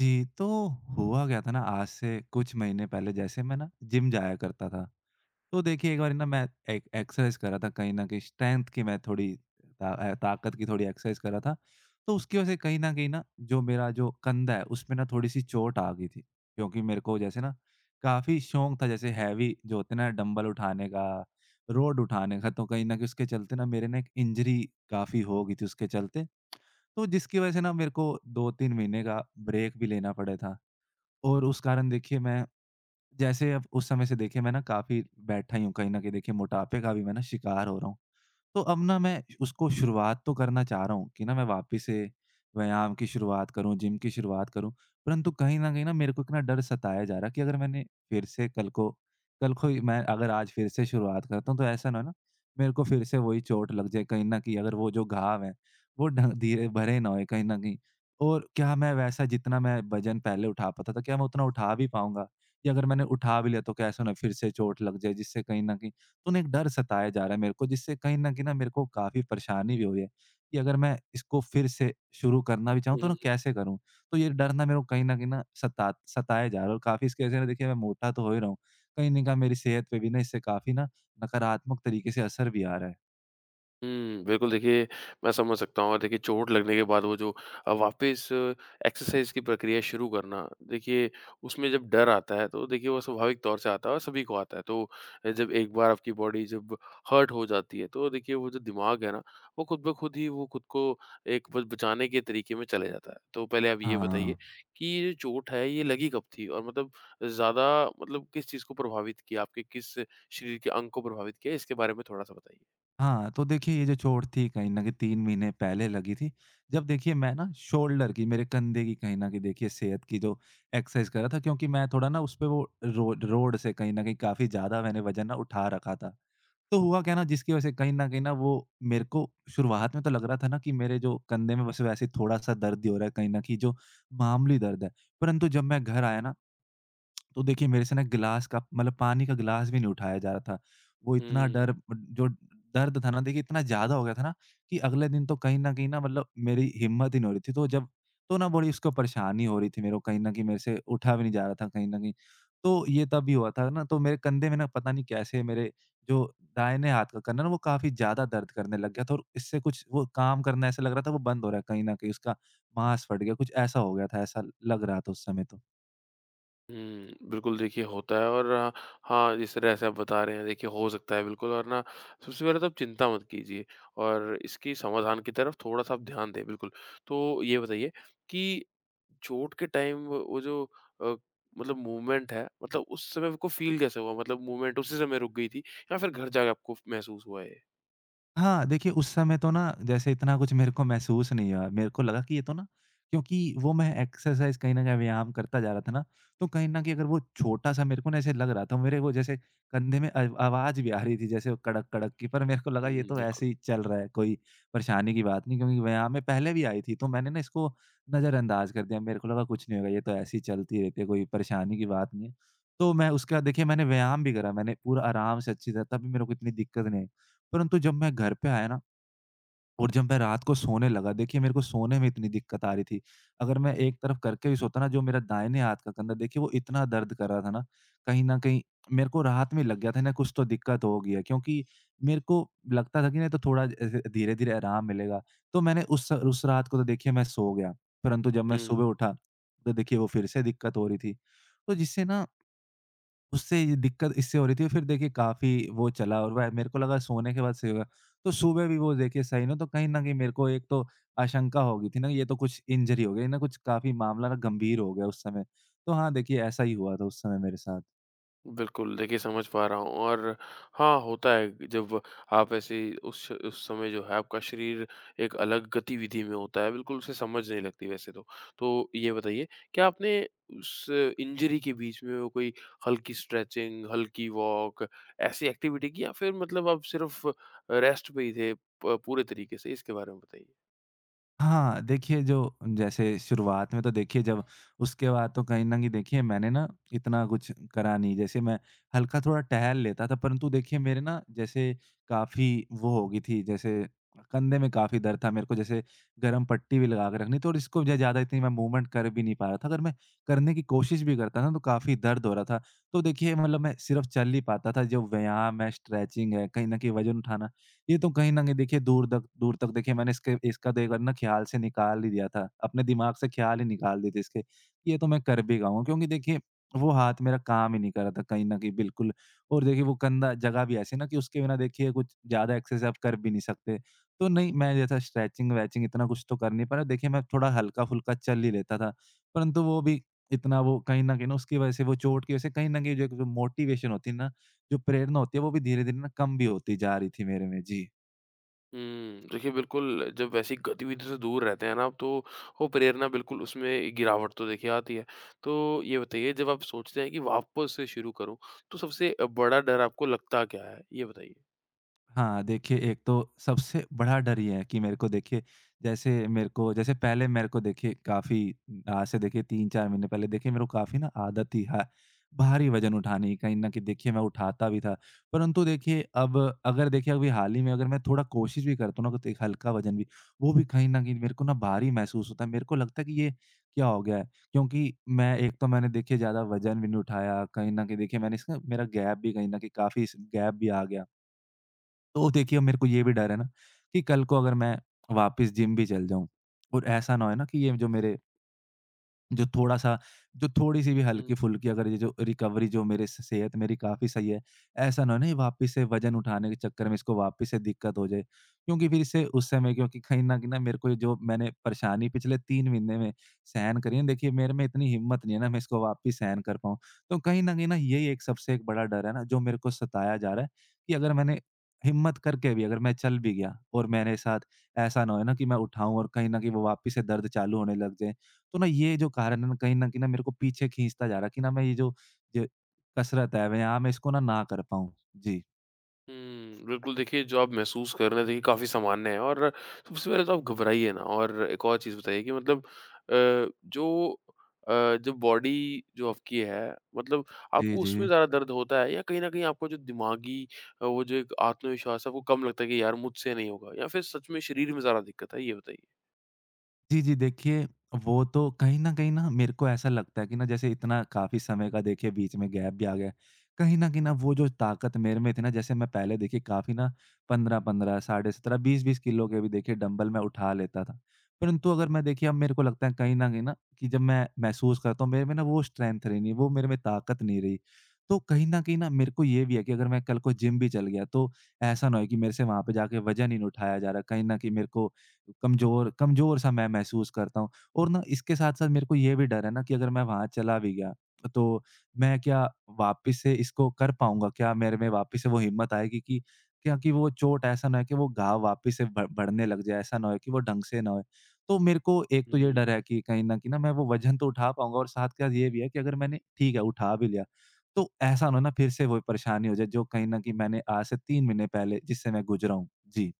जी, तो हुआ क्या था ना आज से कुछ महीने पहले जैसे मैं ना जिम जाया करता था। तो देखिए एक बारी ना मैं एक एक्सरसाइज़ कर रहा था कहीं न कहीं स्ट्रेंथ की मैं थोड़ी ताकत की थोड़ी एक्सरसाइज़ कर रहा था। तो उसकी वज़ह से कहीं न कहीं ना जो मेरा जो कंधा है उसमें ना थोड़ी-सी चोट आ गई थी। क्योंकि मेरे को जैसे ना काफ़ी शौक था जैसे हैवी जो होते हैं ना डंबल उठाने का, रोड उठाने का, तो कहीं न कहीं उसके चलते ना मेरे ना एक इंजरी काफ़ी हो गई थी उसके चलते। तो जिसकी वज़ह से ना मेरे को 2-3 महीने का ब्रेक भी लेना पड़ा था। और उस कारण देखिए मैं जैसे अब उस समय से देखिए मैं ना काफ़ी बैठा ही हूँ, कहीं न कहीं देखिए मोटापे का भी मैं ना शिकार हो रहा हूँ। तो अब ना मैं उसको शुरुआत तो करना चाह रहा हूँ कि ना मैं वापस से व्यायाम की शुरुआत करूँ, जिम की शुरुआत करूँ। परंतु कहीं न कहीं ना मेरे को इतना डर सताया जा रहा है कि अगर मैंने फिर से कल को ही मैं अगर आज फिर से शुरुआत करता हूँ तो ऐसा ना हो ना मेरे को फिर से वही चोट लग जाए, कहीं न कहीं अगर वो जो घाव है वो ढ धीरे भरे ना होए कहीं न कहीं। और क्या मैं वैसा जितना मैं वज़न पहले उठा पाता था, क्या मैं उतना उठा भी पाऊँगा? या अगर मैंने उठा भी लिया तो क्या ऐसा ना फिर से चोट लग जाए, जिससे कहीं न कहीं तो ना एक डर सताया जा रहा है मेरे को, जिससे कहीं न कहीं ना मेरे को काफ़ी परेशानी भी हो रही है, कि अगर मैं इसको फिर से शुरू करना भी चाहूँ हुँ, तो ना हुँ, कैसे करूँ? तो ये डर ना मेरे को कहीं न कहीं ना सताया जा रहा है और काफ़ी इसकी वज़ह से ना देखिए मैं मोटा तो हो ही रहा हूँ, कहीं न कहीं मेरी सेहत पे भी ना इससे काफ़ी ना नकारात्मक तरीके से असर भी आ रहा है। हुँ। बिल्कुल देखिए, मैं समझ सकता हूँ और देखिए चोट लगने के बाद वो जो वापस एक्सरसाइज़ की प्रक्रिया शुरू करना, देखिए उसमें जब डर आता है तो देखिए वो स्वाभाविक तौर से आता है और सभी को आता है। तो जब एक बार आपकी बॉडी जब हर्ट हो जाती है तो देखिए वो जो दिमाग है ना, वो खुद ब खुद ही वो खुद को एक ब बचाने के तरीके में चले जाता है। तो पहले आप ये बताइए हाँ। कि ये जो चोट है ये लगी कब थी? और मतलब ज़्यादा मतलब किस चीज़ को प्रभावित किया? आपके किस शरीर के अंग को प्रभावित किया? इसके बारे में थोड़ा-सा बताइए। हाँ, तो देखिए ये जो चोट थी कहीं न कहीं 3 महीने पहले लगी थी। जब देखिए मैं ना शोल्डर की, मेरे कंधे की कहीं न कहीं देखिए सेहत की जो एक्सरसाइज़ कर रहा था, क्योंकि मैं थोड़ा ना उसपे वो रोड रोड से कहीं न कहीं काफ़ी ज़्यादा मैंने वज़न ना उठा रखा था। तो हुआ क्या ना जिसकी वज़ह से कहीं न कहीं ना वो मेरे को शुरुआत में तो लग रहा था ना कि मेरे जो कंधे में बस वैसे थोड़ा-सा दर्द ही हो रहा है, कहीं न कहीं जो मामूली दर्द है। परंतु जब मैं घर आया ना तो देखिए मेरे से ना गिलास का मतलब पानी का गिलास भी नहीं उठाया जा रहा था। वो इतना हुँ। डर जो दर्द था ना देखिए इतना ज़्यादा हो गया था ना कि अगले दिन तो कहीं न कहीं ना मतलब मेरी हिम्मत ही नहीं हो रही थी। तो जब तो ना बड़ी उसको परेशानी हो रही थी मेरे को, कहीं न कहीं मेरे से उठा भी नहीं जा रहा था कहीं न कहीं। तो ये तब भी हुआ था ना, तो मेरे कंधे में ना पता नहीं कैसे मेरे जो दाहिने हाथ का कंधा ना वो काफ़ी ज़्यादा दर्द करने लग गया था, और इससे कुछ वो काम करना ऐसा लग रहा था वो बंद हो रहा है, कहीं न कहीं उसका मांस फट गया, कुछ ऐसा हो गया था, ऐसा लग रहा था उस समय तो। हुँ, बिल्कुल देखिए होता है और हाँ, जिस तरह से आप बता रहे हैं देखिए हो सकता है बिल्कुल और ना सबसे पहले तो आप चिंता मत कीजिए और इसकी समाधान की तरफ थोड़ा-सा आप ध्यान दें बिल्कुल। तो ये बताइए कि चोट के टाइम वो जो अ, मतलब मूवमेंट है मतलब उस समय आपको फ़ील कैसे हुआ? मतलब मूवमेंट उसी समय रुक गई थी या फिर घर जाके आपको महसूस हुआ ये? हाँ, देखिए उस समय तो ना जैसे इतना कुछ मेरे को महसूस नहीं हुआ। मेरे को लगा कि ये तो ना, क्योंकि वो मैं एक्सरसाइज़ कहीं न कहीं व्यायाम करता जा रहा था ना, तो कहीं न कहीं अगर वो छोटा-सा मेरे को ना ऐसे लग रहा था, मेरे वो जैसे कंधे में अव आवाज़ भी आ रही थी जैसे वो कड़क-कड़क की, पर मेरे को लगा ये हुँ, तो बिल्कुल। ऐसे ही चल रहा है, कोई परेशानी की बात नहीं क्योंकि व्यायाम में पहले भी आई थी, तो मैंने ना इसको नज़रअंदाज़ कर दिया। मेरे को लगा कुछ नहीं होगा, ये तो ऐसे ही चलती रहती है, कोई परेशानी की बात नहीं है। तो मैं उसके बाद देखिए मैंने व्यायाम भी करा, मैंने पूरा आराम से अच्छी तरह तब भी मेरे को इतनी दिक्कत नहीं आई। परंतु जब मैं घर पे आया ना और जब मैं रात को सोने लगा, देखिए मेरे को सोने में इतनी दिक्कत आ रही थी। अगर मैं एक तरफ करके भी सोता ना, जो मेरा दाहिने हाथ का कंधा देखिए वो इतना दर्द कर रहा था ना, कहीं न कहीं मेरे को रात में लग गया था ना कुछ तो दिक्कत होगी है, क्योंकि मेरे को लगता था कि नहीं तो थोड़ा ऐसे धीरे-धीरे आराम मिलेगा। तो मैंने उस रात को तो देखिए मैं सो गया, परंतु जब मैं हुँ। सुबह उठा, तो देखिए वो फिर से दिक्कत हो रही थी। तो जिससे ना उससे ये दिक्कत इससे हो रही थी, फिर देखिए काफ़ी वो चला और वह मेरे को लगा सोने के बाद सही होगा। तो सुबह भी वो देखिए सही ना, तो कहीं न कहीं मेरे को एक तो आशंका हो गई थी ना ये तो कुछ इंजरी हो गई ना, कुछ काफ़ी मामला ना गंभीर हो गया उस समय। तो हाँ, देखिए ऐसा ही हुआ था उस समय मेरे साथ। बिल्कुल, देखिए समझ पा रहा हूँ और हाँ, होता है जब आप ऐसे उस समय जो है आपका शरीर एक अलग गतिविधि में होता है, बिल्कुल उसे समझ नहीं लगती वैसे तो। तो ये बताइए क्या आपने उस इंजरी के बीच में वो कोई हल्की स्ट्रेचिंग, हल्की वॉक ऐसी एक्टिविटी की या फिर मतलब आप सिर्फ़ रेस्ट पे ही थे प पूरे तरीके से? इसके बारे में बताइए। हाँ, देखिए जो जैसे शुरुआत में तो देखिए जब उसके बाद तो कहीं न कहीं देखिए मैंने ना इतना कुछ करा नहीं, जैसे मैं हल्का थोड़ा टहल लेता था, परंतु देखिए मेरे ना जैसे काफ़ी वो हो गई थी, जैसे कंधे में काफ़ी दर्द था, मेरे को जैसे गरम पट्टी भी लगा के रखनी थी और इसको ज ज़्यादा इतनी मैं मूवमेंट कर भी नहीं पा रहा था। अगर मैं करने की कोशिश भी करता ना तो काफ़ी दर्द हो रहा था। तो देखिए मतलब मैं सिर्फ़ चल ही पाता था, जो व्यायाम है, स्ट्रेचिंग है, कहीं न कहीं वज़न उठाना ये तो कहीं न कहीं देखिए दूर तक देखिए मैंने इसके इसका तो एक बार ना ख़्याल से निकाल ही दिया था। अपने दिमाग से ख़्याल ही निकाल दिए थे इसके, कि ये तो मैं कर भी जाऊँगा क्योंकि देखिए वो हाथ मेरा काम ही नहीं कर रहा था कहीं न कहीं बिल्कुल, और देखिए वो गंदा जगह भी ऐसी है ना कि उसके बिना देखिए कुछ ज़्यादा एक्सरसाइज़ आप कर भी नहीं सकते। तो नहीं, मैं जैसा स्ट्रेचिंग-वेचिंग इतना कुछ तो कर नहीं पाया। देखिए मैं थोड़ा हल्का-फुल्का चल ही लेता था, परंतु वो भी इतना वो कहीं न कहीं ना उसकी वजह से, वो चोट की वजह से कहीं न कहीं जो एक मोटिवेशन होती है ना, जो प्रेरणा होती है वो भी धीरे-धीरे ना कम भी होती जा रही थी मेरे में। जी। हुँ। देखिए, बिल्कुल जब वैसी गतिविधि से दूर रहते हैं ना आप, तो वो प्रेरणा बिल्कुल उसमें गिरावट तो देखिए आती है। तो ये बताइए जब आप सोचते हैं कि वापस से शुरू करूँ, तो सबसे बड़ा डर आपको लगता क्या है? ये बताइए। हाँ, देखिए एक तो सबसे बड़ा डर ये है कि मेरे को देखिए जैसे मेरे को, जैसे पहले मेरे को देखिए काफ़ी आज से देखिए 3-4 महीने पहले देखिए मेरे को काफ़ी ना आदत थी हाँ, भारी वज़न उठाने की, कहीं न कहीं देखिए मैं उठाता भी था। परंतु देखिए अब अगर देखिए अभी हाल ही में अगर मैं थोड़ा कोशिश भी करता हूँ ना तो एक हल्का वज़न भी, वो भी कहीं न कहीं मेरे को ना भारी महसूस होता है। मेरे को लगता है कि ये क्या हो गया है? क्योंकि मैं एक तो मैंने देखिए ज़्यादा वज़न भी नहीं उठाया, कहीं न कहीं देखिए मैंने इसका मेरा गैप भी कहीं न कहीं काफ़ी इस गैप भी आ गया। तो देखिए, अब मेरे को ये भी डर है ना कि कल को अगर मैं वापस जिम भी चल जाऊँ और ऐसा ना हो ना कि ये जो मेरे जो थोड़ा-सा जो थोड़ी-सी भी हुँ। हल्की-फुल्की अगर ये जो रिकवरी जो मेरे स सेहत मेरी काफ़ी सही है, ऐसा ना हो ना ये वापस से वज़न उठाने के चक्कर में इसको वापस से दिक्कत हो जाए। क्योंकि फिर इससे उस समय, क्योंकि कहीं न कहीं ना मेरे को ये जो मैंने परेशानी पिछले 3 महीने में सहन करी है, देखिए मेरे में इतनी हिम्मत नहीं है ना मैं इसको वापस सहन कर पाऊँ। तो कहीं न कहीं ना यही एक सबसे एक बड़ा डर है ना जो मेरे को सताया जा रहा है कि अगर मैंने हिम्मत करके भी अगर मैं चल भी गया और मेरे साथ ऐसा ना हो ना कि मैं उठाऊँ और कहीं न कहीं वो वापस से दर्द चालू होने लग जाए। तो ना ये जो कारण है ना कहीं न कहीं ना मेरे को पीछे खींचता जा रहा है कि ना मैं ये जो, ज कसरत है, व्यायाम है, इसको ना, ना कर पाऊँ। जी। हुँ, बिल्कुल देखिए जो आप महसूस कर रहे हैं देखिए काफ़ी सामान्य है और सबसे पहले तो आप घबराइए ना और एक और चीज़ बताइए कि मतलब जो जो बॉडी जो आपकी है मतलब जी, आपको उसमें जी। ज़्यादा दर्द होता है या कहीं न कहीं आपको जो दिमागी वो जो एक आत्मविश्वास है वो कम लगता है कि यार मुझसे नहीं होगा या फिर सच में शरीर में ज़्यादा दिक्कत है? ये बताइए। जी, जी। देखिए, वो तो कहीं न कहीं ना मेरे को ऐसा लगता है कि ना जैसे इतना काफ़ी समय का देखिए बीच में गैप भी आ गया है। कहीं न कहीं ना वो जो ताकत मेरे में थी ना, जैसे मैं पहले देखिए काफ़ी ना 15-15, साढ़े 17, 20-20 किलो के भी देखिए डंबल मैं उठा लेता था। परंतु अगर मैं देखिए अब मेरे को लगता है कहीं न कहीं ना कि जब मैं महसूस करता हूँ मेरे में ना वो स्ट्रेंथ रही नहीं, वो मेरे में ताकत नहीं रही। तो कहीं न कहीं ना मेरे को ये भी है कि अगर मैं कल को जिम भी चल गया तो ऐसा ना हो कि मेरे से वहाँ पे जाके वज़न ही नहीं उठाया जा रहा है। कहीं न कहीं मेरे को कमज़ोर कमज़ोर सा मैं महसूस करता हूँ, और ना इसके साथ-साथ मेरे को ये भी डर है ना कि अगर मैं वहाँ चला भी गया, तो मैं क्या वापस से इसको कर पाऊँगा? क्या मेरे में वापस से वो हिम्मत आएगी कि क्या कि वो चोट ऐसा ना हो कि वो घाव वापस से ब बढ़ने लग जाए, ऐसा ना हो कि वो ढंग से ना होए। तो मेरे को एक तो ये हुँ। डर है कि कहीं न कहीं ना मैं वो वज़न तो उठा पाऊँगा और साथ के साथ ये भी है कि अगर मैंने ठीक है, उठा भी लिया, तो ऐसा ना हो ना फिर से वही परेशानी हो जाए जो कहीं न कहीं मैंने आज से 3 महीने पहले जिससे मैं गुज़रा हूँ। जी।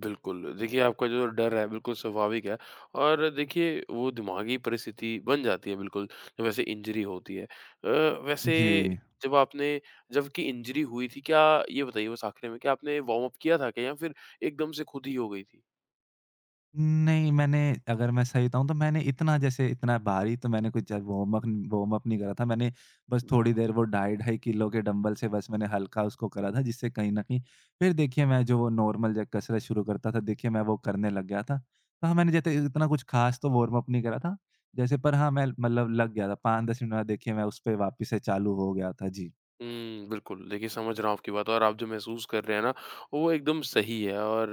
बिल्कुल, देखिए आपका जो डर है बिल्कुल स्वाभाविक है और देखिए वो दिमागी परिस्थिति बन जाती है बिल्कुल, जब ऐसे इंजरी होती है। वैसे जी। जब आपने जबकि इंजरी हुई थी क्या ये बताइए बस आखिरी में क्या आपने वार्म अप किया था क्या या फिर एकदम से खुद ही हो गई थी? नहीं, मैंने अगर मैं सही बताऊँ तो मैंने इतना जैसे इतना भारी तो मैंने कुछ वार्म-अप नहीं करा था। मैंने बस थोड़ी बिल्कुल। देर वो ढाई ढाई किलो के डंबल से बस मैंने हल्का उसको करा था, जिससे कहीं न कहीं फिर देखिए मैं जो वो नॉर्मल जो कसरत शुरू करता था देखिए मैं वो करने लग गया था। तो हाँ, मैंने जैसे इतना कुछ ख़ास तो वार्म-अप नहीं करा था। जैसे पर हाँ, मैं मतलब लग गया था 5-10 मिनट बाद देखिए मैं उस पे वापस से चालू हो गया था। जी। हुँ, बिल्कुल। देखिए समझ रहा हूँ आपकी बात और आप जो महसूस कर रहे हैं ना, वो एकदम सही है और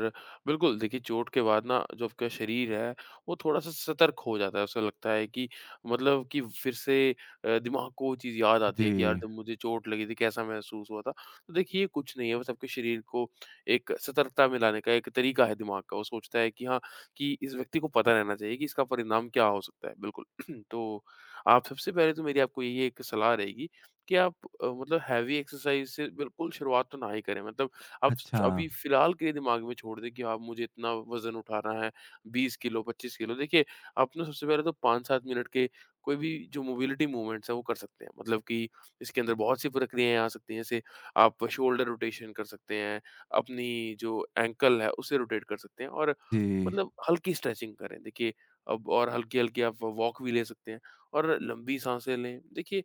बिल्कुल देखिए चोट के बाद ना जो आपका शरीर है, वो थोड़ा-सा सतर्क हो जाता है। उसे लगता है कि मतलब कि फिर से दिमाग को वो चीज़ याद आती है कि यार जी। जब मुझे चोट लगी थी कैसा महसूस हुआ था। तो देखिए ये कुछ नहीं है बस आपके शरीर को एक सतर्कता में लाने का एक तरीका है दिमाग का। वो सोचता है कि हाँ, कि इस व्यक्ति को पता रहना चाहिए कि इसका परिणाम क्या हो सकता है। बिल्कुल। तो आप सबसे पहले तो मेरी आपको यही एक सलाह रहेगी कि आप मतलब हैवी एक्सरसाइज़ से बिल्कुल शुरुआत तो ना ही करें। मतलब आप स अच्छा। अभी फ़िलहाल के लिए दिमाग में छोड़ दें कि आप मुझे इतना वज़न उठाना है, 20 किलो, 25 किलो। देखिए, आप ना सबसे पहले तो 5-7 मिनट के कोई भी जो मोबिलिटी मूवमेंट्स हैं, वो कर सकते हैं। मतलब कि इसके अंदर बहुत सी प्रक्रियाएँ आ सकती हैं। जैसे आप शोल्डर रोटेशन कर सकते हैं, अपनी जो एंकल है, उसे रोटेट कर सकते हैं और जी। मतलब हल्की स्ट्रेचिंग करें। देखिए, अब और हल्की-हल्की आप वॉक भी ले सकते हैं और लंबी साँसें लें। देखिए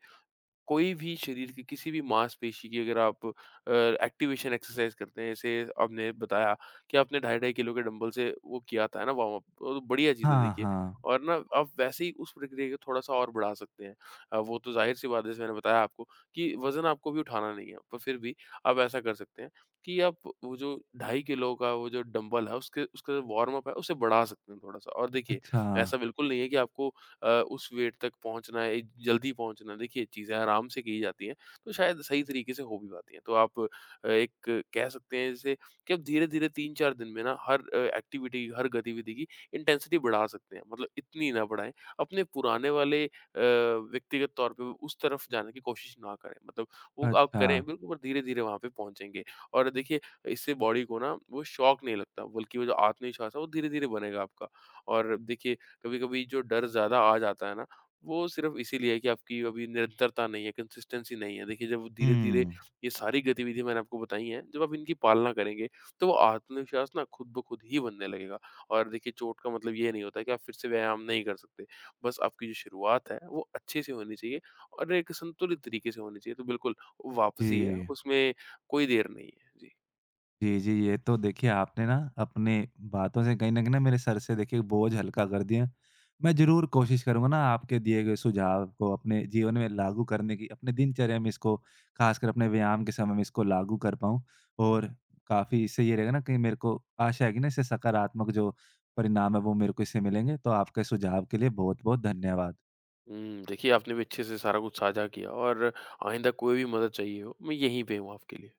कोई भी शरीर की किसी भी मांसपेशी की अगर आप एक्टिवेशन एक्सरसाइज करते हैं जैसे आपने बताया कि आपने ढाई ढाई किलो के डंबल से वो किया था है ना वार्म अप तो बढ़िया चीज़ है हाँ, देखिए हाँ। और ना आप वैसे ही उस प्रक्रिया को थोड़ा सा और बढ़ा सकते हैं वो तो जाहिर सी बात है जैसे मैंने बताया आपको कि वजन आपको भी उठाना नहीं है पर फिर भी आप ऐसा कर सकते हैं कि आप वो जो ढाई किलो का वो जो डंबल है उसके उसका जो वार्म अप है उसे बढ़ा सकते हैं थोड़ा सा और देखिए अच्छा। ऐसा बिल्कुल नहीं है कि आपको उस वेट तक पहुँचना है, जल्दी पहुँचना है, देखिए चीज़ें आराम से की जाती हैं, तो शायद सही तरीके से हो भी पाती हैं। तो आप एक कह सकते हैं जैसे कि आप धीरे-धीरे 3-4 दिन में ना हर एक्टिविटी, हर गतिविधि की इंटेंसिटी बढ़ा सकते हैं। मतलब इतनी ना बढ़ाएँ, अपने पुराने वाले व्यक्तिगत तौर पे उस तरफ जाने की कोशिश ना करें। मतलब वो आप अच्छा। करें बिल्कुल पर धीरे-धीरे वहाँ पे पहुँचेंगे। और देखिए इससे बॉडी को ना वो शॉक नहीं लगता, बल्कि वो जो आत्मविश्वास है वो धीरे-धीरे बनेगा आपका। और देखिए कभी-कभी जो डर ज़्यादा आ जाता है ना, वो सिर्फ़ इसीलिए है कि आपकी अभी निरंतरता नहीं है, कंसिस्टेंसी नहीं है। देखिए, जब धीरे-धीरे हुँ। ये सारी गतिविधियाँ मैंने आपको बताई हैं, जब आप इनकी पालना करेंगे, तो वो आत्मविश्वास ना खुद ब खुद ही बनने लगेगा। और देखिए, चोट का मतलब ये नहीं होता है कि आप फिर से व्यायाम नहीं कर सकते। बस आपकी जो शुरुआत है, वो अच्छे से होनी चाहिए और एक संतुलित तरीके से होनी चाहिए। तो बिल्कुल, वापसी है, जी। उसमें कोई देर नहीं है। जी। जी, जी। ये तो देखिए आपने ना अपनी बातों से कहीं न कहीं ना मेरे सर से देखिए बोझ हल्का कर दिया। मैं ज़रूर कोशिश करूँगा ना आपके दिए गए सुझाव को अपने जीवन में लागू करने की, अपने दिनचर्या में इसको ख़ासकर अपने व्यायाम के समय में इसको लागू कर पाऊँ। और काफ़ी इससे ये रहेगा ना कहीं मेरे को आशा है कि ना इससे सकारात्मक जो परिणाम है वो मेरे को इससे मिलेंगे। तो आपके सुझाव के लिए बहुत-बहुत धन्यवाद। हुँ, देखिए, आपने भी अच्छे से सारा कुछ साझा किया और आइंदा कोई भी मदद चाहिए हो, मैं यहीं पे हूँ आपके लिए।